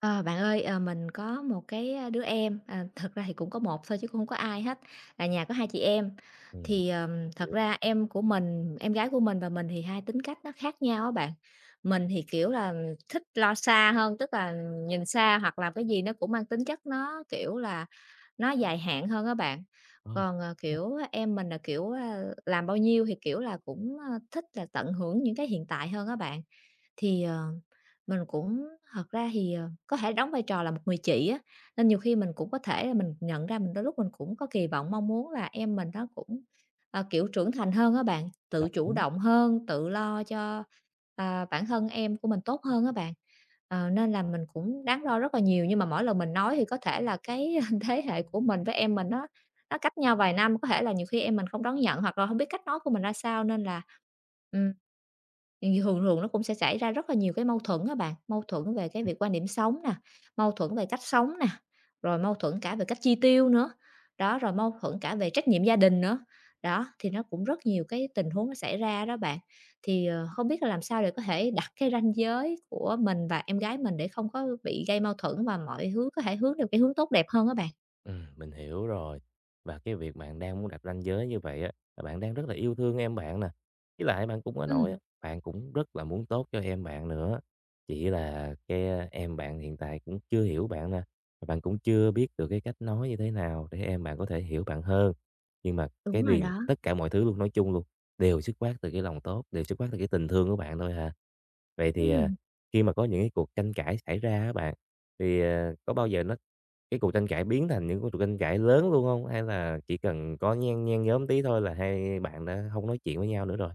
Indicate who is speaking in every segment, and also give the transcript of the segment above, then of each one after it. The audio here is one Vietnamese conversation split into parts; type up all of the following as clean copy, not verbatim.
Speaker 1: Ờ, Bạn ơi, mình có một cái, đứa em, à, thật ra thì cũng có một thôi chứ cũng hông có ai hết, là nhà có hai chị em.
Speaker 2: Ừm,
Speaker 1: Thì, thật
Speaker 2: hiểu.
Speaker 1: ra em của mình em gái của mình và mình thì hai tính cách nó khác nhau á bạn. Mình thì, kiểu là, thích lo xa hơn, tức là nhìn xa hoặc là cái gì nó cũng mang tính chất nó, kiểu là, nó dài hạn hơn á bạn.
Speaker 2: Ờ,
Speaker 1: Còn,
Speaker 2: ha,
Speaker 1: kiểu, em mình là, kiểu, làm bao nhiêu thì, kiểu là, cũng, thích là tận hưởng những cái hiện tại hơn á bạn. Thì, mình cũng thật ra thì, có thể đóng vai trò là một người chị á, nên nhiều khi mình cũng có thể là mình nhận ra mình đôi lúc mình cũng có kỳ vọng, mong muốn là em mình nó cũng, kiểu, trưởng thành hơn á bạn, tự
Speaker 2: đồng
Speaker 1: chủ
Speaker 2: ý.
Speaker 1: động hơn, tự lo cho, à, bản thân em của mình tốt hơn á bạn. Nên là mình cũng đáng lo rất là nhiều, nhưng mà mỗi lần mình nói thì có thể là cái thế hệ của mình với em mình nó cách nhau vài năm, có thể là nhiều khi em mình không đón nhận hoặc là không biết cách nói của mình ra sao nên là thì thường thường nó cũng sẽ xảy ra rất là nhiều cái mâu thuẫn á bạn, mâu thuẫn về cái việc quan điểm sống nè, mâu thuẫn về cách sống nè, rồi mâu thuẫn cả về cách chi tiêu nữa, đó, rồi mâu thuẫn cả về trách nhiệm gia đình nữa. Đó, thì nó cũng rất nhiều cái tình huống nó xảy ra đó bạn. Thì, không biết là làm sao để có thể đặt cái ranh giới của mình và em gái mình để không có bị gây mâu thuẫn và mọi hướng có thể hướng được cái hướng tốt đẹp hơn á bạn.
Speaker 2: Mình hiểu rồi. Và cái việc bạn đang muốn đặt ranh giới như vậy á, là bạn đang rất là yêu thương em bạn nè. Với lại bạn cũng có nói
Speaker 1: Ừm,
Speaker 2: á, bạn cũng rất là muốn tốt cho em bạn nữa. Chỉ là cái, em bạn hiện tại cũng chưa hiểu bạn nè, và bạn cũng chưa biết được cái cách nói như thế nào để em bạn có thể hiểu bạn hơn. Nhưng mà
Speaker 1: đúng
Speaker 2: cái
Speaker 1: rồi
Speaker 2: điền
Speaker 1: đó,
Speaker 2: tất cả mọi thứ luôn, nói chung luôn, đều xuất phát từ cái lòng tốt, đều xuất phát từ cái tình thương của bạn thôi à. Vậy thì, à,
Speaker 1: ừm.
Speaker 2: khi mà có những cái cuộc tranh cãi xảy ra á bạn, thì có bao giờ cái cuộc tranh cãi biến thành những cuộc tranh cãi lớn luôn không? Hay là chỉ cần có nhen nhen nhóm tí thôi là hai bạn đã không nói chuyện với nhau nữa rồi?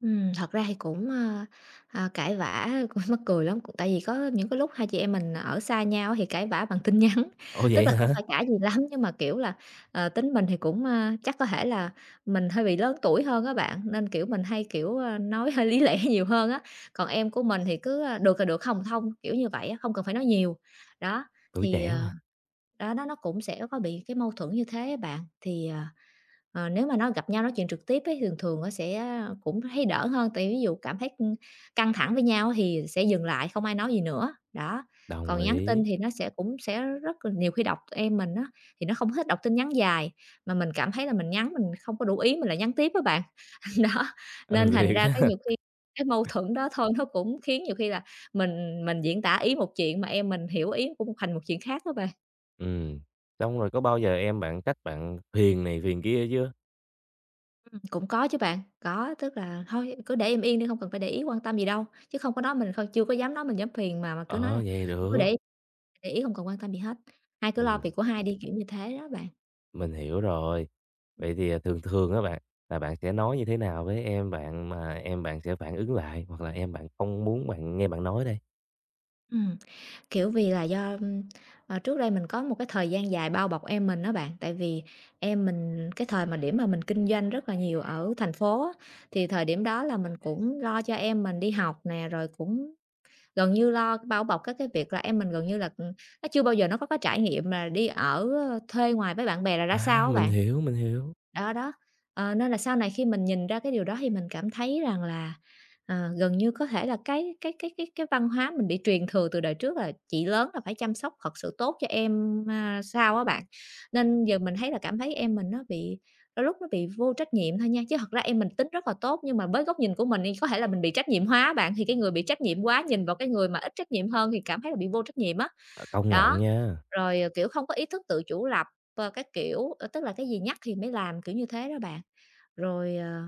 Speaker 1: Thật ra thì cũng, cãi vã cũng mắc cười lắm, cũng tại vì có những cái lúc hai chị em mình ở xa nhau thì cãi vã bằng tin nhắn.
Speaker 2: Ồ,
Speaker 1: Tức
Speaker 2: vậy
Speaker 1: là không
Speaker 2: hả?
Speaker 1: phải cãi gì lắm nhưng mà, kiểu là, tính mình thì cũng, chắc có thể là mình hơi bị lớn tuổi hơn các bạn, nên, kiểu, mình hay, kiểu, nói hơi lý lẽ nhiều hơn á, còn em của mình thì cứ, được là được, không là không, kiểu như vậy á, không cần phải nói nhiều. Đó,
Speaker 2: Tuổi
Speaker 1: thì,
Speaker 2: trẻ mà,
Speaker 1: đó đó nó cũng sẽ có bị cái mâu thuẫn như thế á bạn. Nếu mà nó gặp nhau nói chuyện trực tiếp ấy, thường thường nó sẽ cũng thấy đỡ hơn, tại ví dụ cảm thấy căng thẳng với nhau thì sẽ dừng lại, không ai nói gì nữa, đó.
Speaker 2: đồng
Speaker 1: Còn nhắn
Speaker 2: ý.
Speaker 1: tin thì nó sẽ cũng sẽ rất là nhiều khi đọc em mình á, thì nó không thích đọc tin nhắn dài, mà mình cảm thấy là mình nhắn mình không có đủ ý mình là nhắn tiếp với bạn. Đó,
Speaker 2: Ừ,
Speaker 1: nên thành
Speaker 2: thiệt
Speaker 1: ra cái
Speaker 2: á.
Speaker 1: nhiều khi cái mâu thuẫn đó thôi nó cũng khiến nhiều khi là mình diễn tả ý một chuyện mà em mình hiểu ý cũng thành một chuyện khác á bạn.
Speaker 2: Ừm, xong rồi có bao giờ em bạn trách bạn phiền này phiền kia chưa?
Speaker 1: Cũng có chứ bạn, có, tức là thôi cứ để em yên đi, không cần phải để ý quan tâm gì đâu, chứ không có nói mình không chưa có dám nói mình dám phiền mà cứ nói
Speaker 2: Ờ,
Speaker 1: là:
Speaker 2: vậy
Speaker 1: "Cứ
Speaker 2: được.
Speaker 1: để ý không cần quan tâm gì hết, hai cứ lo
Speaker 2: Ừm.
Speaker 1: việc của hai đi", kiểu như thế đó bạn.
Speaker 2: Mình hiểu rồi. Vậy thì, thường thường á bạn, là bạn sẽ nói như thế nào với em bạn mà em bạn sẽ phản ứng lại, hoặc là em bạn không muốn bạn nghe bạn nói đây?
Speaker 1: Ừm, kiểu, vì là do, trước đây mình có một cái thời gian dài bao bọc em mình đó bạn, tại vì em mình cái thời mà điểm mà mình kinh doanh rất là nhiều ở thành phố á, thì thời điểm đó là mình cũng lo cho em mình đi học nè, rồi cũng gần như lo bao bọc các cái việc là em mình gần như là, nó chưa bao giờ nó có cái trải nghiệm là đi ở, thuê ngoài với bạn bè là ra sao
Speaker 2: "À,
Speaker 1: á
Speaker 2: mình
Speaker 1: bạn.
Speaker 2: hiểu, mình hiểu."
Speaker 1: Đó, đó, nên là sau này khi mình nhìn ra cái điều đó thì mình cảm thấy rằng là, gần như có thể là cái văn hóa mình bị truyền thừa từ đời trước là chị lớn là phải chăm sóc thật sự tốt cho em, sao á bạn. Nên giờ mình thấy là cảm thấy em mình nó bị đôi lúc nó bị vô trách nhiệm thôi nha, chứ thật ra em mình tính rất là tốt nhưng mà với góc nhìn của mình thì có thể là mình bị trách nhiệm hóa á bạn, thì cái người bị trách nhiệm quá nhìn vào cái người mà ít trách nhiệm hơn thì cảm thấy là bị vô trách nhiệm á,
Speaker 2: À, công nhận
Speaker 1: đó.
Speaker 2: nha.
Speaker 1: Rồi, kiểu, không có ý thức tự chủ lập, các kiểu, tức là cái gì nhắc thì mới làm, kiểu như thế đó bạn. Rồi,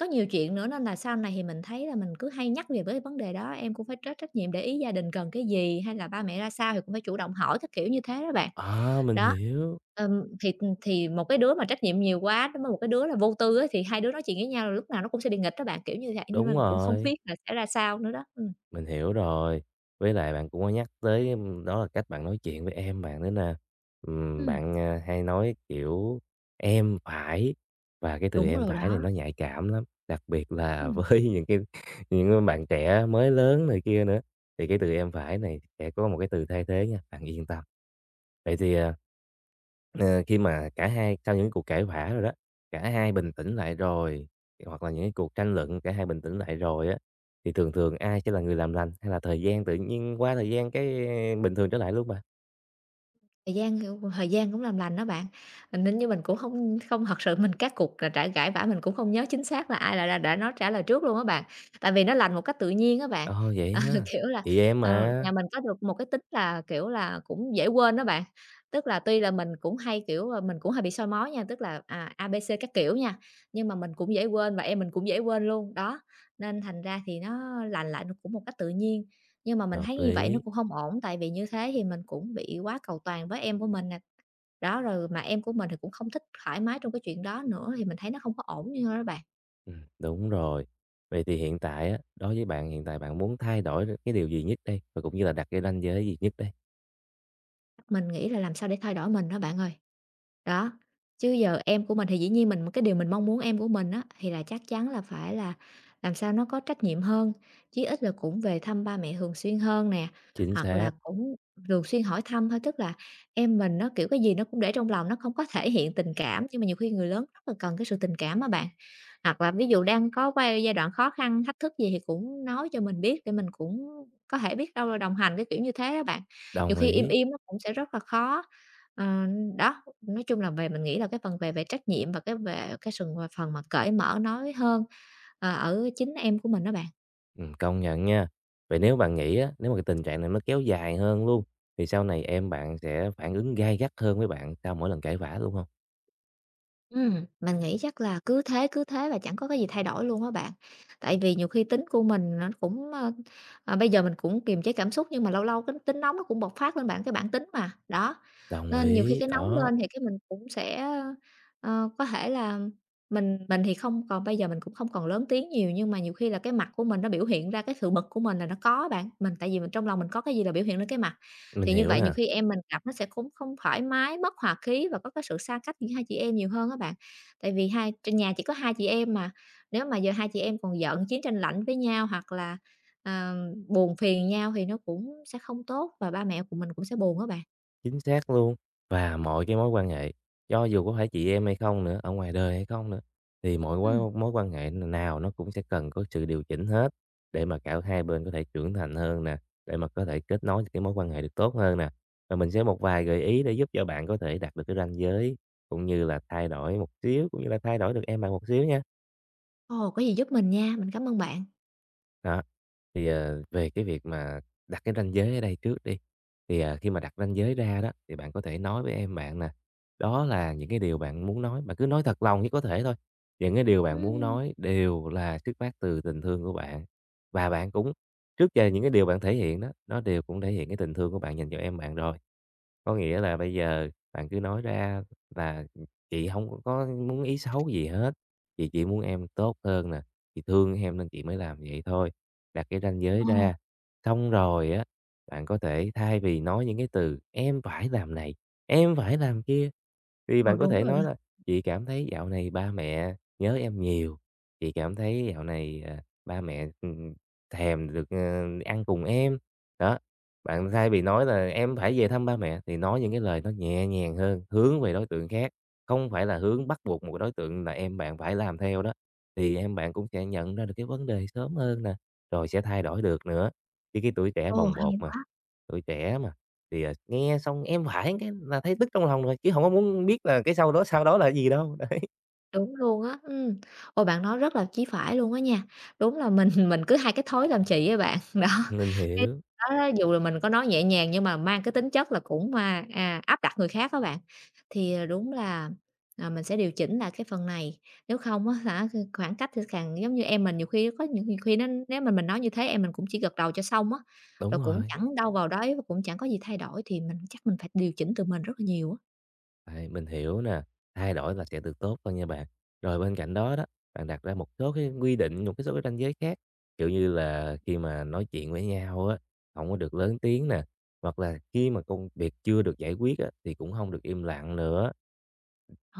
Speaker 1: có nhiều chuyện nữa nên là sau này thì mình thấy là mình cứ hay nhắc về với vấn đề đó, em cũng phải trách trách nhiệm để ý gia đình cần cái gì, hay là ba mẹ ra sao thì cũng phải chủ động hỏi, các kiểu như thế đó bạn.
Speaker 2: "À, mình
Speaker 1: Đó,
Speaker 2: hiểu."
Speaker 1: ừm, thì, thì một cái đứa mà trách nhiệm nhiều quá đối với một cái đứa là vô tư á, thì hai đứa nói chuyện với nhau là lúc nào nó cũng sẽ đi nghịch đó bạn, kiểu như vậy, nên là
Speaker 2: Đúng
Speaker 1: cũng không
Speaker 2: rồi.
Speaker 1: biết là sẽ ra sao nữa đó.
Speaker 2: Mình hiểu rồi. Với lại bạn cũng có nhắc tới, đó là cách bạn nói chuyện với em bạn nữa nè. Ừm,
Speaker 1: Ừm,
Speaker 2: bạn, à, hay nói kiểu "em phải" và cái từ
Speaker 1: đúng
Speaker 2: "em
Speaker 1: rồi
Speaker 2: phải" này
Speaker 1: đó,
Speaker 2: nó nhạy cảm lắm, đặc biệt là
Speaker 1: ừm.
Speaker 2: với những cái bạn trẻ mới lớn này kia nữa, thì cái từ "em phải" này sẽ có một cái từ thay thế nha, bạn yên tâm. Vậy thì, khi mà cả hai sau những cuộc cãi vã rồi đó, cả hai bình tĩnh lại rồi, hoặc là những cái cuộc tranh luận cả hai bình tĩnh lại rồi á, thì thường thường ai sẽ là người làm lành, hay là thời gian tự nhiên qua thời gian cái bình thường trở lại luôn bạn?
Speaker 1: Thời gian cũng làm lành đó bạn, nên như mình cũng không không thật sự mình các cuộc là trải gãi vã mình cũng không nhớ chính xác là ai là đã nói trả lời trước luôn á bạn. Tại vì nó lành một cách tự nhiên á bạn.
Speaker 2: Ồ, vậy ha,
Speaker 1: Kiểu là,
Speaker 2: chị em
Speaker 1: nhà
Speaker 2: mà,
Speaker 1: mình có được một cái tính là, kiểu là, cũng dễ quên đó bạn. Tức là tuy là mình cũng hay, kiểu, ờ, mình cũng hay bị soi mói nha, tức là, à, A, B, C các kiểu nha, nhưng mà mình cũng dễ quên và em mình cũng dễ quên luôn, đó, nên thành ra thì nó lành lại nó cũng một cách tự nhiên. Nhưng mà mình
Speaker 2: hợp
Speaker 1: thấy như vậy nó
Speaker 2: lý.
Speaker 1: cũng không ổn, tại vì như thế thì mình cũng bị quá cầu toàn với em của mình nè. Đó, rồi mà em của mình thì cũng không thích thoải mái trong cái chuyện đó nữa thì mình thấy nó không có ổn như thôi đó bạn.
Speaker 2: Đúng rồi. Vậy thì hiện tại á, đối với bạn hiện tại bạn muốn thay đổi cái điều gì nhất đây? Và cũng như là đặt cái ranh giới gì nhất đây?
Speaker 1: Mình nghĩ là làm sao để thay đổi mình đó bạn ơi. Đó, chứ giờ em của mình thì dĩ nhiên mình cái điều mình mong muốn em của mình á, thì là chắc chắn là phải là làm sao nó có trách nhiệm hơn, chí ít là cũng về thăm ba mẹ thường xuyên hơn nè,
Speaker 2: Chính
Speaker 1: hoặc là
Speaker 2: xác,
Speaker 1: cũng thường xuyên hỏi thăm thôi. Tức là em mình nó, kiểu, cái gì nó cũng để trong lòng, nó không có thể hiện tình cảm, nhưng mà nhiều khi người lớn rất là cần cái sự tình cảm á bạn. Hoặc là ví dụ đang có giai đoạn khó khăn, thách thức gì thì cũng nói cho mình biết để mình cũng có thể biết đâu là đồng hành, cái kiểu như thế á bạn, nhiều
Speaker 2: đồng
Speaker 1: khi im
Speaker 2: ý.
Speaker 1: im nó cũng sẽ rất là khó. Ờ, Đó, nói chung là về mình nghĩ là cái phần về về trách nhiệm và cái về cái sừng phần mà cởi mở nói hơn, ở chính em của mình đó bạn.
Speaker 2: Công nhận nha. Vậy nếu bạn nghĩ á, nếu mà cái tình trạng này nó kéo dài hơn luôn, thì sau này em bạn sẽ phản ứng gay gắt hơn với bạn sau mỗi lần cãi vã, đúng không?
Speaker 1: Mình nghĩ chắc là cứ thế và chẳng có cái gì thay đổi luôn á bạn. Tại vì nhiều khi tính của mình nó cũng, à, bây giờ mình cũng kiềm chế cảm xúc nhưng mà lâu lâu cái tính nóng nó cũng bộc phát lên bạn, cái bản tính mà, đó.
Speaker 2: Đồng
Speaker 1: Nên nhiều khi
Speaker 2: ý,
Speaker 1: cái nóng
Speaker 2: đó,
Speaker 1: lên thì cái mình cũng sẽ, có thể là mình thì không còn bây giờ mình cũng không còn lớn tiếng nhiều, nhưng mà nhiều khi là cái mặt của mình nó biểu hiện ra cái sự bực của mình là nó có bạn. Mình tại vì mình trong lòng mình có cái gì là biểu hiện lên cái mặt.
Speaker 2: mình
Speaker 1: Thì như
Speaker 2: hiểu
Speaker 1: vậy nhiều
Speaker 2: nè.
Speaker 1: khi em mình gặp nó sẽ cũng không thoải mái, bất hòa khí và có cái sự xa cách giữa hai chị em nhiều hơn các bạn. Tại vì hai trên nhà chỉ có hai chị em mà, nếu mà giờ hai chị em còn giận chiến tranh lạnh với nhau hoặc là, ờ, buồn phiền nhau thì nó cũng sẽ không tốt và ba mẹ của mình cũng sẽ buồn á bạn.
Speaker 2: Chính xác luôn. Và mọi cái mối quan hệ, cho dù có phải chị em hay không nữa, ở ngoài đời hay không nữa, thì mọi
Speaker 1: Ừ.
Speaker 2: mối mối quan hệ nào nó cũng sẽ cần có sự điều chỉnh hết để mà cả hai bên có thể trưởng thành hơn nè, để mà có thể kết nối những cái mối quan hệ được tốt hơn nè. Và mình sẽ một vài gợi ý để giúp cho bạn có thể đạt được cái ranh giới cũng như là thay đổi một xíu, cũng như là thay đổi được em bạn một xíu nha.
Speaker 1: Ồ, có gì giúp mình nha, mình cảm ơn bạn.
Speaker 2: Đó, về cái việc mà đặt cái ranh giới ở đây trước đi, khi mà đặt ranh giới ra đó, thì bạn có thể nói với em bạn nè, đó là những cái điều bạn muốn nói, bạn cứ nói thật lòng nhất có thể thôi. Những cái điều bạn muốn
Speaker 1: Ừ.
Speaker 2: nói đều là xuất phát từ tình thương của bạn, và bạn cũng trước giờ những cái điều bạn thể hiện đó, nó đều cũng thể hiện cái tình thương của bạn dành cho em bạn rồi. Có nghĩa là bây giờ bạn cứ nói ra là "Chị không có muốn ý xấu gì hết, chị chỉ muốn em tốt hơn nè, chị thương em nên chị mới làm vậy thôi." Đặt cái ranh giới
Speaker 1: Ờ,
Speaker 2: ra, xong rồi á, bạn có thể thay vì nói những cái từ "Em phải làm này, em phải làm kia". Thì
Speaker 1: ờ,
Speaker 2: bạn có
Speaker 1: Đúng
Speaker 2: thể
Speaker 1: rồi đó.
Speaker 2: nói là "Chị cảm thấy dạo này ba mẹ nhớ em nhiều, chị cảm thấy dạo này, à, ba mẹ, thèm được, ăn cùng em." Đó, bạn thay vì nói là "Em phải về thăm ba mẹ" thì nói những cái lời nó nhẹ nhàng hơn, hướng về đối tượng khác, không phải là hướng bắt buộc một đối tượng là em bạn phải làm theo đó, thì em bạn cũng sẽ nhận ra được cái vấn đề sớm hơn nè, rồi sẽ thay đổi được nữa. Chứ cái tuổi trẻ
Speaker 1: Ồ,
Speaker 2: bồng bột
Speaker 1: hay
Speaker 2: mà,
Speaker 1: quá.
Speaker 2: tuổi trẻ mà. Thì, à, nghe xong em hoảng cái là thấy tức trong lòng rồi, chứ không có muốn biết là cái sau đó là gì đâu.
Speaker 1: Đúng luôn á. Ôi, bạn nói rất là chí phải luôn á nha. Đúng là mình mình cứ hay cái thói làm chị á bạn, đó.
Speaker 2: Mình
Speaker 1: Cái
Speaker 2: hiểu,
Speaker 1: đó đó, dù là mình có nói nhẹ nhàng nhưng mà mang cái tính chất là cũng, áp đặt người khác các bạn. Thì, đúng là, mình sẽ điều chỉnh lại cái phần này, nếu không á hả, c khoảng cách thì càng giống như em mình nhiều khi nó nếu mà mình nói như thế em mình cũng chỉ gật đầu cho xong á, rồi
Speaker 2: đúng
Speaker 1: cũng
Speaker 2: rồi,
Speaker 1: chẳng đâu vào đấy và cũng chẳng có gì thay đổi thì mình chắc phải điều chỉnh từ mình rất là nhiều á.
Speaker 2: đấy, mình hiểu nè, thay đổi là sẽ được tốt hơn nha bạn. Rồi bên cạnh đó đó, bạn đặt ra một số cái quy định, một cái số cái ranh giới khác, kiểu như là, khi mà nói chuyện với nhau á, không có được lớn tiếng nè, hoặc là khi mà công việc chưa được giải quyết á, thì cũng không được im lặng nữa.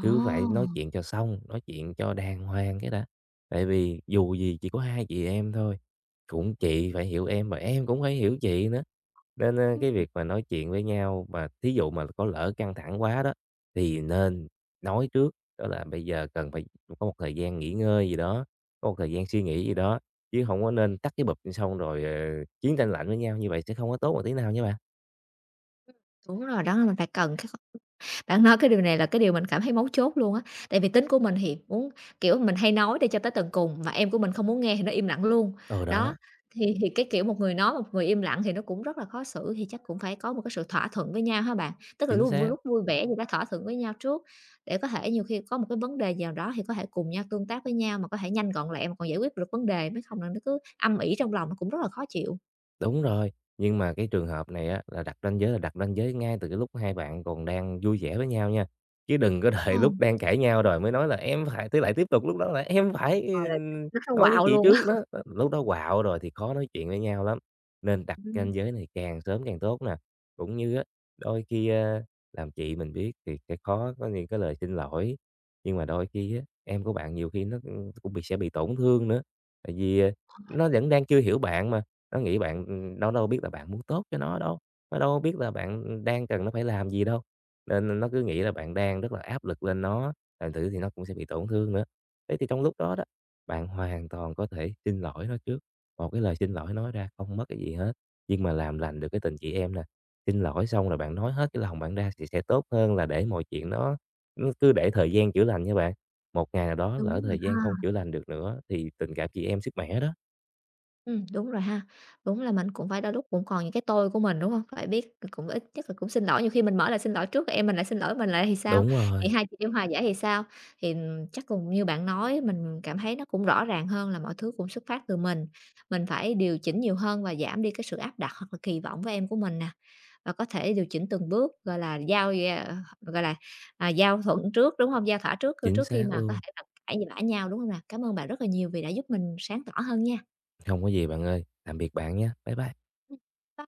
Speaker 2: Cứ phải nói chuyện cho xong, nói chuyện cho đàng hoàng cái đã. Tại vì dù gì chỉ có hai chị em thôi, cũng chị phải hiểu em và em cũng phải hiểu chị nữa. Nên, cái việc mà nói chuyện với nhau mà thí dụ mà có lỡ căng thẳng quá đó, thì nên nói trước, đó là bây giờ cần phải có một thời gian nghỉ ngơi gì đó, có một thời gian suy nghĩ gì đó, chứ không có nên tắt cái bụp xong rồi, chiến tranh lạnh với nhau, như vậy sẽ không có tốt một tí nào nha bạn.
Speaker 1: Đúng rồi đó, là mình phải cần cái. Bạn nói cái điều này là cái điều mình cảm thấy mấu chốt luôn á, tại vì tính của mình thì muốn, kiểu, mình hay nói để cho tới tận cùng, mà em của mình không muốn nghe thì nó im lặng luôn.
Speaker 2: Ừ, đó,
Speaker 1: Đó, thì cái kiểu một người nói, một người im lặng thì nó cũng rất là khó xử, thì chắc cũng phải có một cái sự thỏa thuận với nhau ha bạn? Tức là
Speaker 2: chính
Speaker 1: luôn
Speaker 2: xác.
Speaker 1: lúc vui vẻ thì đã thỏa thuận với nhau trước, để có thể nhiều khi có một cái vấn đề gì nào đó thì có thể cùng nhau tương tác với nhau mà có thể nhanh gọn lẹ mà còn giải quyết được vấn đề, mới không là nó cứ âm ỉ trong lòng nó cũng rất là khó chịu.
Speaker 2: Đúng rồi, nhưng mà cái trường hợp này á, là đặt ranh giới là đặt ranh giới ngay từ cái lúc hai bạn còn đang vui vẻ với nhau nha, chứ đừng có
Speaker 1: Ờ.
Speaker 2: đợi lúc đang cãi nhau rồi mới nói là "Em phải" tức lại tiếp tục lúc đó là "Em phải,
Speaker 1: Ờ, là nó là
Speaker 2: nói với
Speaker 1: quạo
Speaker 2: chị
Speaker 1: luôn á.
Speaker 2: trước đó." Ờ, lúc đó quạo rồi thì khó nói chuyện với nhau lắm, nên đặt
Speaker 1: Ừm.
Speaker 2: ranh giới này càng sớm càng tốt nè. Cũng như á, đôi khi, làm chị mình biết thì sẽ khó có những cái lời xin lỗi, nhưng mà đôi khi á, em của bạn nhiều khi nó cũng bị sẽ bị tổn thương nữa, tại vì nó vẫn đang chưa hiểu bạn mà. Nó nghĩ bạn, nó đâu biết là bạn muốn tốt cho nó đâu biết là bạn đang cần nó phải làm gì đâu, nên nó cứ nghĩ là bạn đang rất là áp lực lên nó, thành thử thì nó cũng sẽ bị tổn thương nữa. Thế thì trong lúc đó đó, bạn hoàn toàn có thể xin lỗi nó trước, một cái lời xin lỗi nói ra không mất cái gì hết, nhưng mà làm lành được cái tình chị em nè. Xin lỗi xong rồi bạn nói hết cái lòng bạn ra thì sẽ tốt hơn là để mọi chuyện nó cứ để thời gian chữa lành nha bạn. Một ngày nào đó lỡ
Speaker 1: Đúng rồi
Speaker 2: thời gian không
Speaker 1: ha.
Speaker 2: chữa lành được nữa thì tình cảm chị em sứt mẻ đó.
Speaker 1: Đúng rồi ha. Đúng là mình cũng phải đôi lúc cũng còn những cái tôi của mình, đúng không? Phải biết cũng ít nhất là cũng xin lỗi, nhiều khi mình mở lời xin lỗi trước, em mình lại xin lỗi mình lại thì sao?
Speaker 2: Đúng
Speaker 1: Thì
Speaker 2: rồi.
Speaker 1: hai chị em hòa giải thì sao? Thì, chắc cũng như bạn nói, mình cảm thấy nó cũng rõ ràng hơn là mọi thứ cũng xuất phát từ mình. Mình phải điều chỉnh nhiều hơn và giảm đi cái sự áp đặt hoặc là kỳ vọng với em của mình nè. Và có thể điều chỉnh từng bước, gọi là, giao giao gọi là, giao thuận trước, đúng không? Giao thỏa trước
Speaker 2: Chính
Speaker 1: trước khi
Speaker 2: xác
Speaker 1: mà có
Speaker 2: luôn.
Speaker 1: thể là cãi vã nhau, đúng không nè? Cảm ơn bạn rất là nhiều vì đã giúp mình sáng tỏ hơn nha.
Speaker 2: Không có gì bạn ơi. Tạm biệt bạn nhé. Bye bye.
Speaker 1: Ừ, bye.